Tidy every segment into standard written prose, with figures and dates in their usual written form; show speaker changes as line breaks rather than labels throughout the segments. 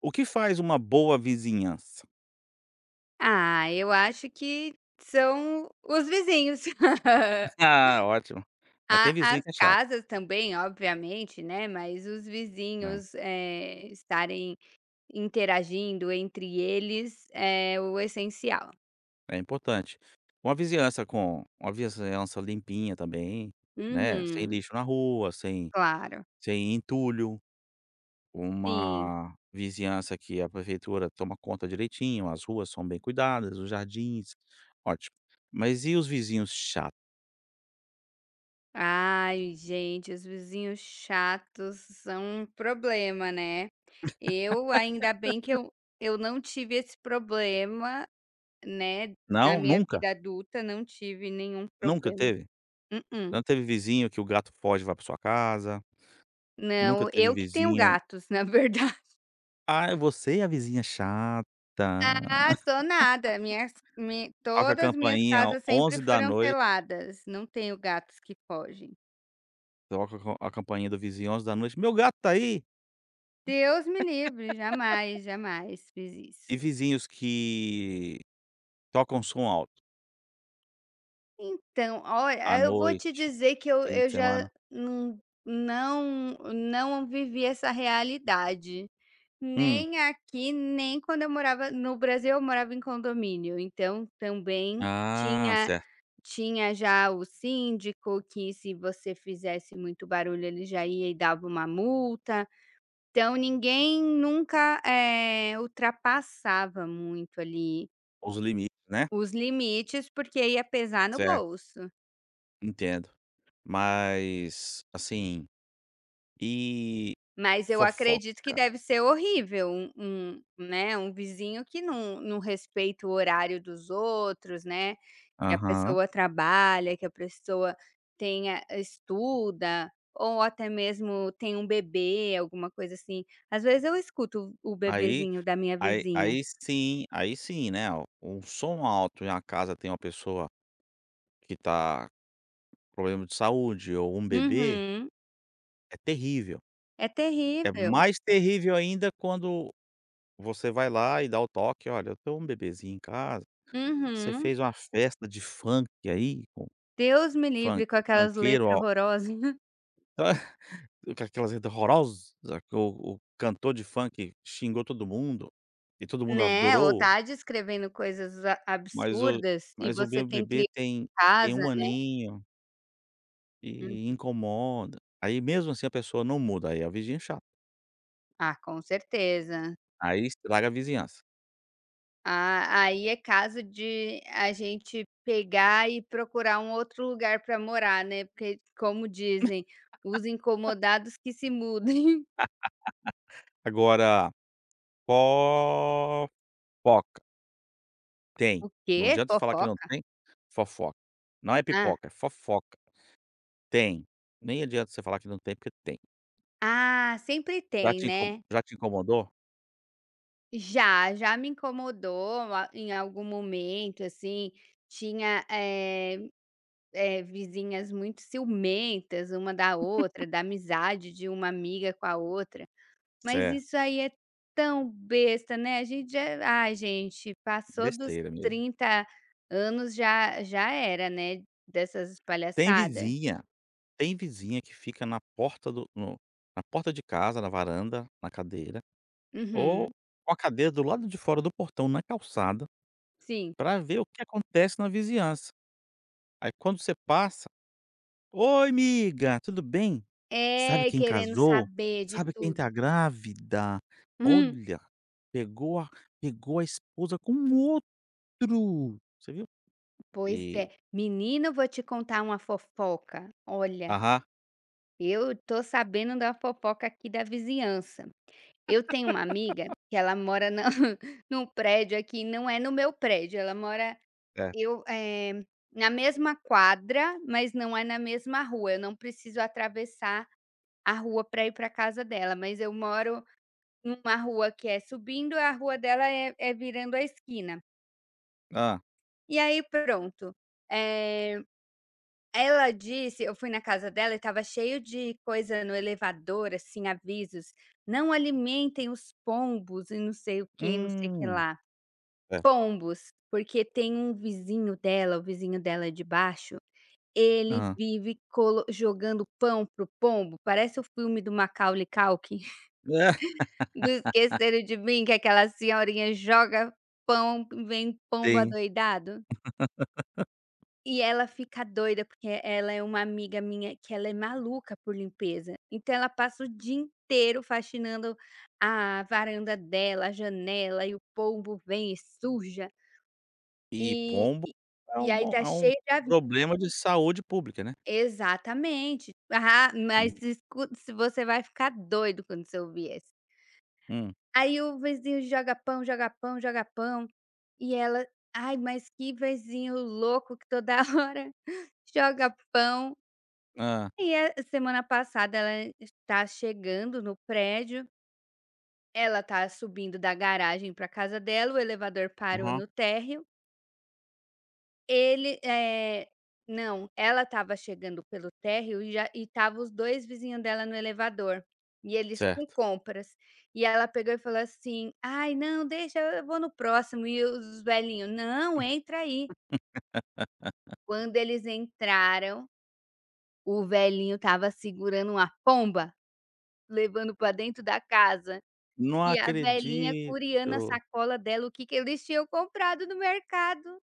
O que faz uma boa vizinhança?
Ah, eu acho que são os vizinhos.
Ah, ótimo. Mas
A
tem vizinho
as
que é chato,
casas também, obviamente, né, mas os
né,
vizinhos, estarem interagindo entre eles é o essencial.
é importante. Uma vizinhança com uma vizinhança limpinha também, né, sem
Uhum,
lixo na rua, sem
claro.
sem entulho,
Sim.
uma vizinhança que a prefeitura toma conta direitinho, as ruas são bem cuidadas, os jardins, ótimo. Mas e os vizinhos chato?
Ai, gente, os vizinhos chatos são um problema, né. Eu, ainda bem que eu não tive esse problema, né, na
Não,
minha
nunca?
vida adulta não tive nenhum
Nunca
problema.
teve?
Mm-mm.
Não teve vizinho que o gato foge e vai pra sua casa? Nunca
Não,
teve
eu que tenho
vizinho.
gatos, na verdade.
Ah, você e a vizinha chata.
Ah, sou nada, minhas mi
Toca a
todas minhas
campainha
casas sempre
onze da
foram
noite
peladas, não tenho gatos que fogem.
toca com a campainha do vizinho 11 da noite: "Meu gato tá aí!"
Deus me livre, jamais, jamais fiz isso.
E vizinhos que tocam som alto
Então,
à
olha, eu vou te
noite,
dizer que eu
fim de
eu já
semana.
não vivi essa realidade.
Hum.
Nem aqui, nem quando eu morava no Brasil, eu morava em condomínio, então também
Ah,
tinha
certo.
tinha já o síndico que, se você fizesse muito barulho, ele já ia e dava uma multa. Então ninguém nunca, ultrapassava muito ali
Os limites, né.
os limites, porque ia pesar no
Certo,
bolso.
entendo. Mas, assim, e
Mas eu
fofoca?
acredito que deve ser horrível um, né, um vizinho que não respeita o horário dos outros, né. Que a
Aham.
pessoa trabalha, que a pessoa tenha estuda, ou até mesmo tem um bebê, alguma coisa assim. Às vezes eu escuto o
Aí
bebezinho da minha
aí
vizinha.
aí sim, né, ó, um som alto em uma casa tem uma pessoa que tá. Problema de saúde ou um bebê,
Uhum.
é terrível.
É
É
terrível.
mais terrível ainda quando você vai lá e dá o toque: "Olha, eu tenho um bebezinho em casa, você
Uhum.
fez uma festa de funk aí, com
Deus me
funk
livre com aquelas
funkeiro,
letras
ó"
horrorosas.
com aquelas letras horrorosas, que o cantor de funk xingou todo mundo, e todo mundo
Né, ou
adorou,
tá descrevendo coisas a
mas o
absurdas, e
mas o
você
meu
tem criança
bebê tem
em
tem
casa,
um
né.
aninho
Hum.
e incomoda. Aí mesmo assim a pessoa não muda, aí a vizinha é chata,
Ah, com certeza.
aí estraga a vizinhança.
Ah, aí é caso de a gente pegar e procurar um outro lugar para morar, né, porque como dizem: "Os incomodados que se mudem".
Agora, fofoca. Tem.
O
Não
quê?
adianta você falar que não
Fofoca?
tem, fofoca. Não é
Hã.
pipoca, é fofoca. Tem. Nem adianta você falar que não tem, porque tem.
Ah, sempre tem, né.
Já te incomodou?
Já, já me incomodou a em algum momento, assim, tinha, vizinhas muito ciumentas uma da outra, da amizade de uma amiga com a outra. Mas
Certo.
isso aí é tão besta, né, a gente já ai, gente, passou dos
Besteira mesmo.
30 anos, já era, né, dessas
Tem
palhaçada.
vizinha, tem vizinha que fica na porta do no na porta de casa, na varanda, na cadeira, ou
Uhum,
com a cadeira do lado de fora do portão, na calçada,
sim.
pra ver o que acontece na vizinhança. Aí quando você passa: "Oi miga, tudo bem?" Sabe
É,
quem
querendo
casou?
saber de
Sabe quem tá
tudo.
grávida?
Hum,
Olha, pegou a pegou a esposa com outro. Você viu?
pois
E
é. Menina, eu vou te contar uma fofoca. Olha,
aham,
eu tô sabendo da fofoca aqui da vizinhança. Eu tenho uma amiga que ela mora na num prédio aqui, não é no meu prédio, ela mora
é.
eu, na mesma quadra, mas não é na mesma rua, eu não preciso atravessar a rua para ir para casa dela, mas eu moro numa rua que é subindo, a rua dela é virando a esquina.
Ah,
E aí pronto, eh, ela disse eu fui na casa dela e estava cheio de coisa no elevador, assim, avisos: "Não alimentem os pombos" e não sei o que, não sei o que
hum.
lá.
É.
Pombos, porque tem um vizinho dela, o vizinho dela é de baixo. Ele
Hã.
vive colo jogando pão pro pombo, parece o filme do Macaulay Culkin,
É,
do Esqueceram de Mim, que é aquela senhorinha, joga pão, vem pombo
sim.
adoidado. E ela fica doida, porque ela é uma amiga minha que ela é maluca por limpeza, então ela passa o dia inteiro faxinando a varanda dela, a janela, e o pombo vem e suja,
E
e
pombo
e
é
e
um
aí
bo
tá
é um
cheio de.
problema de saúde pública, né.
Exatamente. Ah, mas escuta, se você vai ficar doido quando você ouvir essa.
Hum.
Aí o vizinho joga pão, joga pão, joga pão, e ela: "Ai, mas que vizinho louco que toda hora joga pão".
Hã.
E a semana passada ela está chegando no prédio, ela está subindo da garagem para casa dela, o elevador parou
Aham.
no térreo. Ele eh, não, ela estava chegando pelo térreo, e já tava os 2 vizinhos dela no elevador, e eles com
Certo.
compras. E ela pegou e falou assim: "Ai, não, deixa, eu vou no próximo", e os velhinho: "Não, entra aí". Quando eles entraram, o velhinho estava segurando uma pomba, levando para dentro da casa,
Não
e a velhinha curiando a
acredito.
sacola dela, o que que eles tinham comprado no mercado.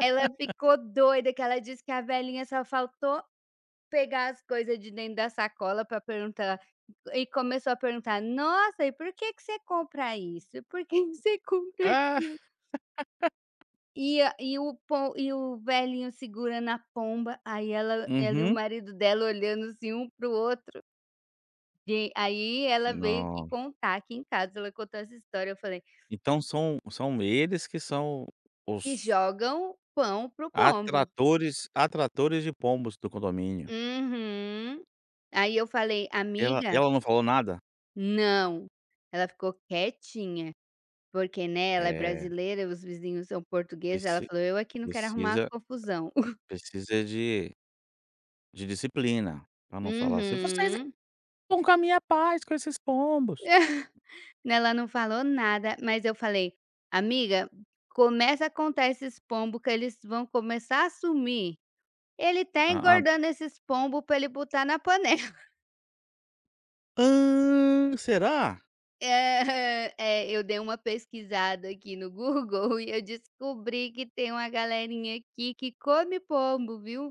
Ela ficou doida que ela disse que a velhinha só faltou pegar as coisas de dentro da sacola para perguntar, e começou a perguntar: "Nossa, e por que que você compra isso? Por que que você compra
Ah.
aquilo?" E a e o po e o velhinho segurando a pomba, aí ela e o
Uhum.
marido dela olhando, assim, um para o outro. E aí ela veio aqui
No
contar aqui em casa, ela contou essa história, eu falei:
então são eles que são
"Que
os
jogam pão pro pombo".
atratores de pombos do condomínio.
Uhum. Aí eu falei:
Ela
"Amiga,
ela não falou nada?
não". Ela ficou quietinha. Porque, né, ela é
É,
brasileira, os vizinhos são portugueses, ela
preci
falou: "Eu aqui não quero arrumar
precisa
confusão".
precisa de disciplina, pra não falar assim: "Vocês
Uhum.
acabam com a minha paz com esses pombos".
Né, ela não falou nada, mas eu falei: "Amiga, começa a contar esses pombo que eles vão começar a sumir. Ele tá
A
engordando esses pombo pra ele botar na panela".
"Hã, será?"
Aham. É, eu dei uma pesquisada aqui no Google e eu descobri que tem uma galerinha aqui que come pombo, viu.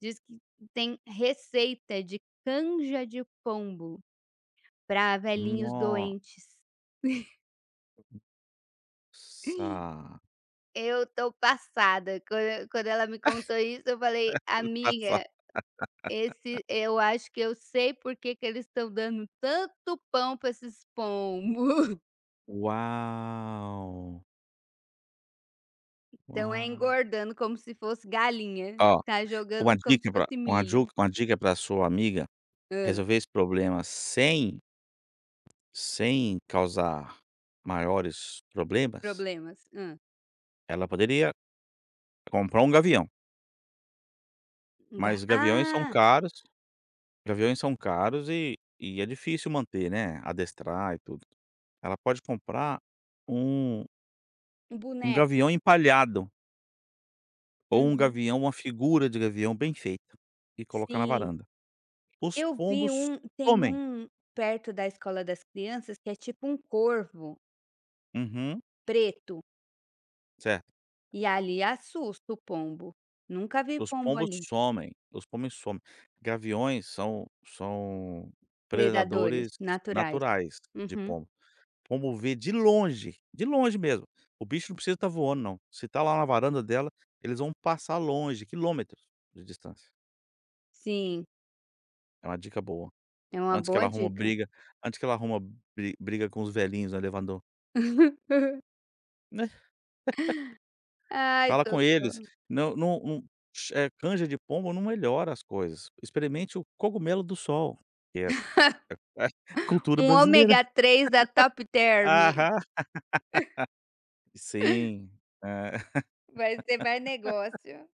Diz que tem receita de canja de pombo para velhinhos
Nossa.
doentes. Eu tô passada. Quando ela me contou isso, eu falei:
Nossa,
"Amiga, esse eu acho que eu sei por que que eles estão dando tanto pão para esses pombos".
uau,
Então é
uau.
engordando como se fosse galinha,
Ó,
tá jogando como se fosse milho.
uma dica pra sua amiga
Hã,
resolver esse problema sem sem causar maiores problemas,
problemas. Hã.
ela poderia comprar um gavião,
Enga
mas
ah,
gaviões são caros e é difícil manter, né, adestrar e tudo. Ela pode comprar um
Um
um
boneco.
gavião empalhado ou um
Uhum,
gavião uma figura de gavião bem feita e colocar na
sim.
varanda. Os
Eu vi
pombos
um Tem
comem.
um perto da escola das crianças que é tipo um corvo
Uhum.
preto,
Certo.
e ali assusta o pombo. Nunca vi
Os
pombo
pombos
ali.
somem, os pombos somem. Gaviões são
Predadores
predadores
naturais.
naturais de
Uhum,
pombo. Pombo vê de longe mesmo. O bicho não precisa estar voando não. Se tá lá na varanda dela, eles vão passar longe, quilômetros de distância.
sim,
É uma dica boa.
é uma
Antes que ela
boa
arruma
dica.
briga antes que ela arruma briga com os velhinhos no elevador, né.
Ai,
Fala com eles,
socorro.
não, não, não, canja de pombo não melhora as coisas. Experimente o cogumelo do sol, que é cultura
Um
brasileira.
ômega 3 da Top Term.
Aham. Sim, eh,
Vai ser mais negócio.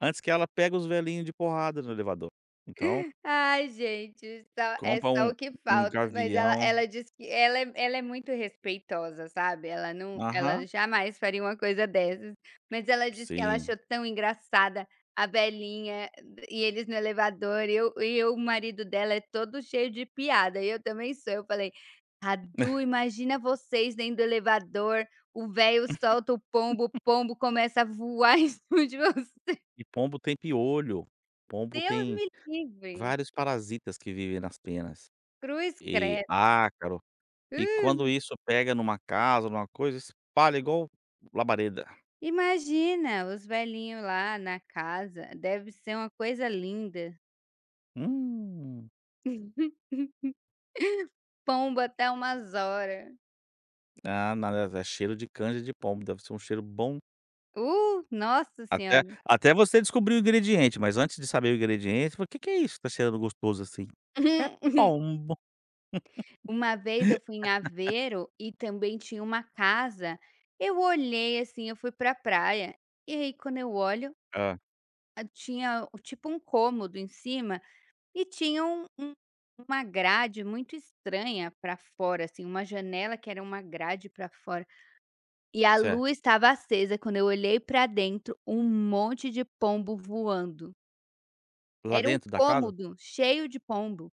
antes que ela pega os velhinhos de porrada no elevador. Então,
Ai, gente, só é
compra
só
um
o que
um
falta, mas ela
gavião,
ela disse que ela é muito respeitosa, sabe, ela não,
aham,
ela jamais faria uma coisa dessas, mas ela disse que ela
sim.
achou tão engraçada a velhinha, e eles no elevador, e eu o marido dela é todo cheio de piada, e eu também sou, eu falei: "Radu, imagina vocês dentro do elevador, o velho solta o pombo começa a voar em cima de vocês,
E pombo tem piolho, pombo
Deus
tem
me livre".
vários parasitas que vivem nas penas,
Cruz
e
credo.
ácaro, e quando
Hum,
isso pega numa casa, numa coisa, espalha igual labareda.
imagina os velhinhos lá na casa, deve ser uma coisa linda.
Hum.
Pomba até umas horas.
Ah, nada, é cheiro de canja de pombo, deve ser um cheiro bom.
Nossa
Até
senhora.
até você descobrir o ingrediente, mas antes de saber o ingrediente, fala, o: "Que que é isso que tá cheirando gostoso assim?" "É pombo."
Uma vez eu fui em Aveiro e também tinha uma casa, eu olhei assim, eu fui pra praia, e aí quando eu olho,
Ah,
ah, tinha o tipo um cômodo em cima, e tinha uma grade muito estranha pra fora, assim, uma janela que era uma grade pra fora. E a
certo.
lua estava acesa, quando eu olhei para dentro, um monte de pombo voando.
Lá
Era um
dentro da casa?
cômodo cheio de pombo.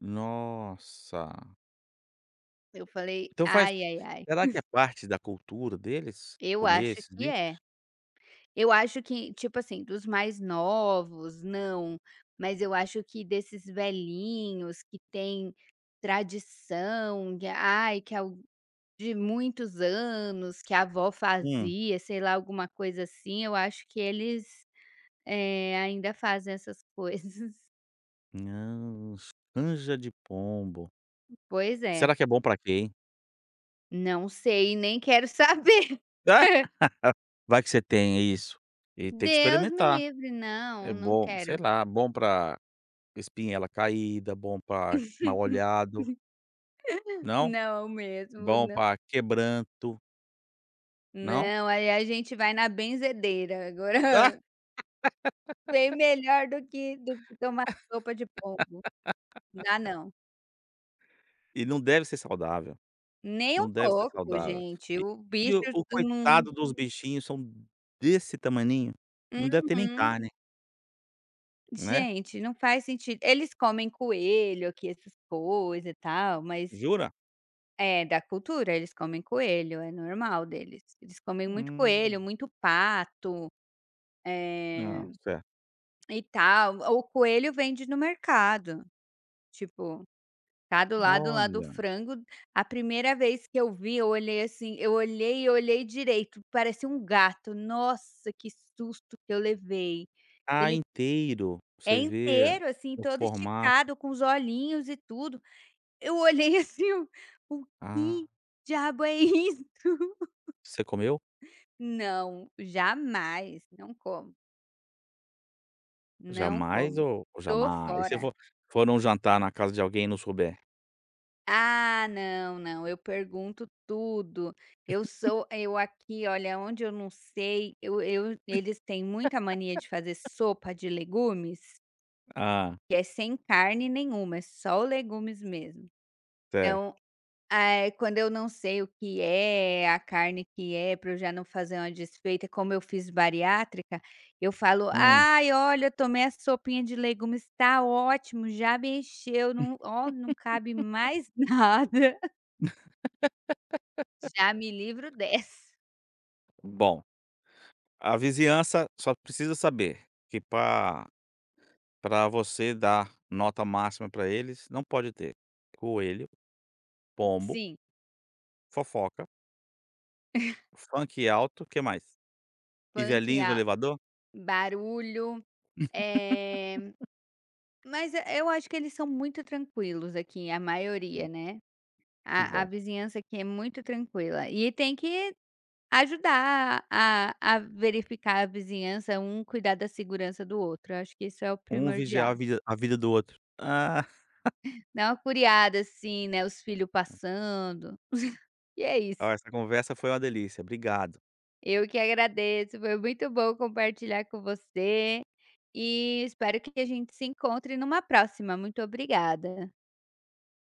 Nossa.
Eu falei:
Então faz
"Ai, ai, ai".
será que é parte da cultura deles
Eu
comer
acho
esses
que
bichos?
é. Eu acho que, tipo assim, dos mais novos, não, mas eu acho que desses velhinhos que tem tradição, que ai, que al de muitos anos, que a avó
Hum.
fazia, sei lá, alguma coisa assim, eu acho que eles, ainda fazem essas coisas.
Não, canja de pombo.
Pois é,
Será que é bom pra quem.
não sei, nem quero saber.
Ah, vai que você tem isso. E tem que
Deus me
experimentar.
livre,
É
não, não
bom, sei
quero.
lá, bom pra espinhela caída, bom pra mal-olhado, não?
Não mesmo,
Bom
não.
pra quebranto, não?
Não, aí a gente vai na benzedeira, agora,
Ah!
bem melhor do que tomar sopa de pombo. Não dá não,
E não deve ser saudável,
nem um
não deve ser
pouco,
saudável.
gente,
E
o
e
bicho
o
não.
coitado dos bichinhos são desse tamaninho, não deve ter nem
Uhum.
carne, né?
Gente, não faz sentido. Eles comem coelho aqui, essas coisas e tal, mas.
Jura?
É, da cultura, eles comem coelho, é normal deles. Eles comem muito coelho,
Hum,
muito pato, eh,
ah, certo.
e tal. O coelho vende no mercado, tipo, tá do lado lá do
Olha,
frango. A primeira vez que eu vi, eu olhei assim, eu olhei e olhei direito, parecia um gato. Nossa, que susto que eu levei.
ah,
Ele
inteiro,
é
você vê
inteiro, assim,
o
todo
formato.
esticado, com os olhinhos e tudo. Eu olhei assim, eu: "O
Ah,
que diabo é isso?"
você comeu?
Não, jamais, não como, não
Jamais
como.
ou ou
Tô
jamais? Se
fora.
for num jantar na casa de alguém e não souber?
Ah, não, não, eu pergunto tudo. Eu aqui, olha, onde eu não sei, eu eles têm muita mania de fazer sopa de legumes,
Ah,
que é sem carne nenhuma, é só legumes mesmo.
certo.
Então, quando eu não sei o que é, a carne que é, para eu já não fazer uma desfeita, como eu fiz bariátrica, eu falo:
Hum,
"Ai, olha, eu tomei a sopinha de legumes, tá ótimo, já me encheu, não, ó, não cabe mais nada". Já me livro dessa.
bom. A vizinhança só precisa saber que para você dar nota máxima para eles, não pode ter coelho, pombo,
Sim,
fofoca, funk alto, que mais? E
funk,
velhinhos no
a
elevador?
barulho, é, mas, eu acho que eles são muito tranquilos aqui, a maioria, né.
Que
A
bom.
vizinhança aqui é muito tranquila, e tem que ajudar a verificar a vizinhança, um cuidar da segurança do outro, eu acho que isso é o
Um vigiar a
primordial.
vida a vida do outro. Ah,
Dá uma curiada, assim, né, os filhos passando, e é
ó,
isso.
essa conversa foi uma delícia. Obrigado.
Eu que agradeço, foi muito bom compartilhar com você, e espero que a gente se encontre numa próxima, muito obrigada.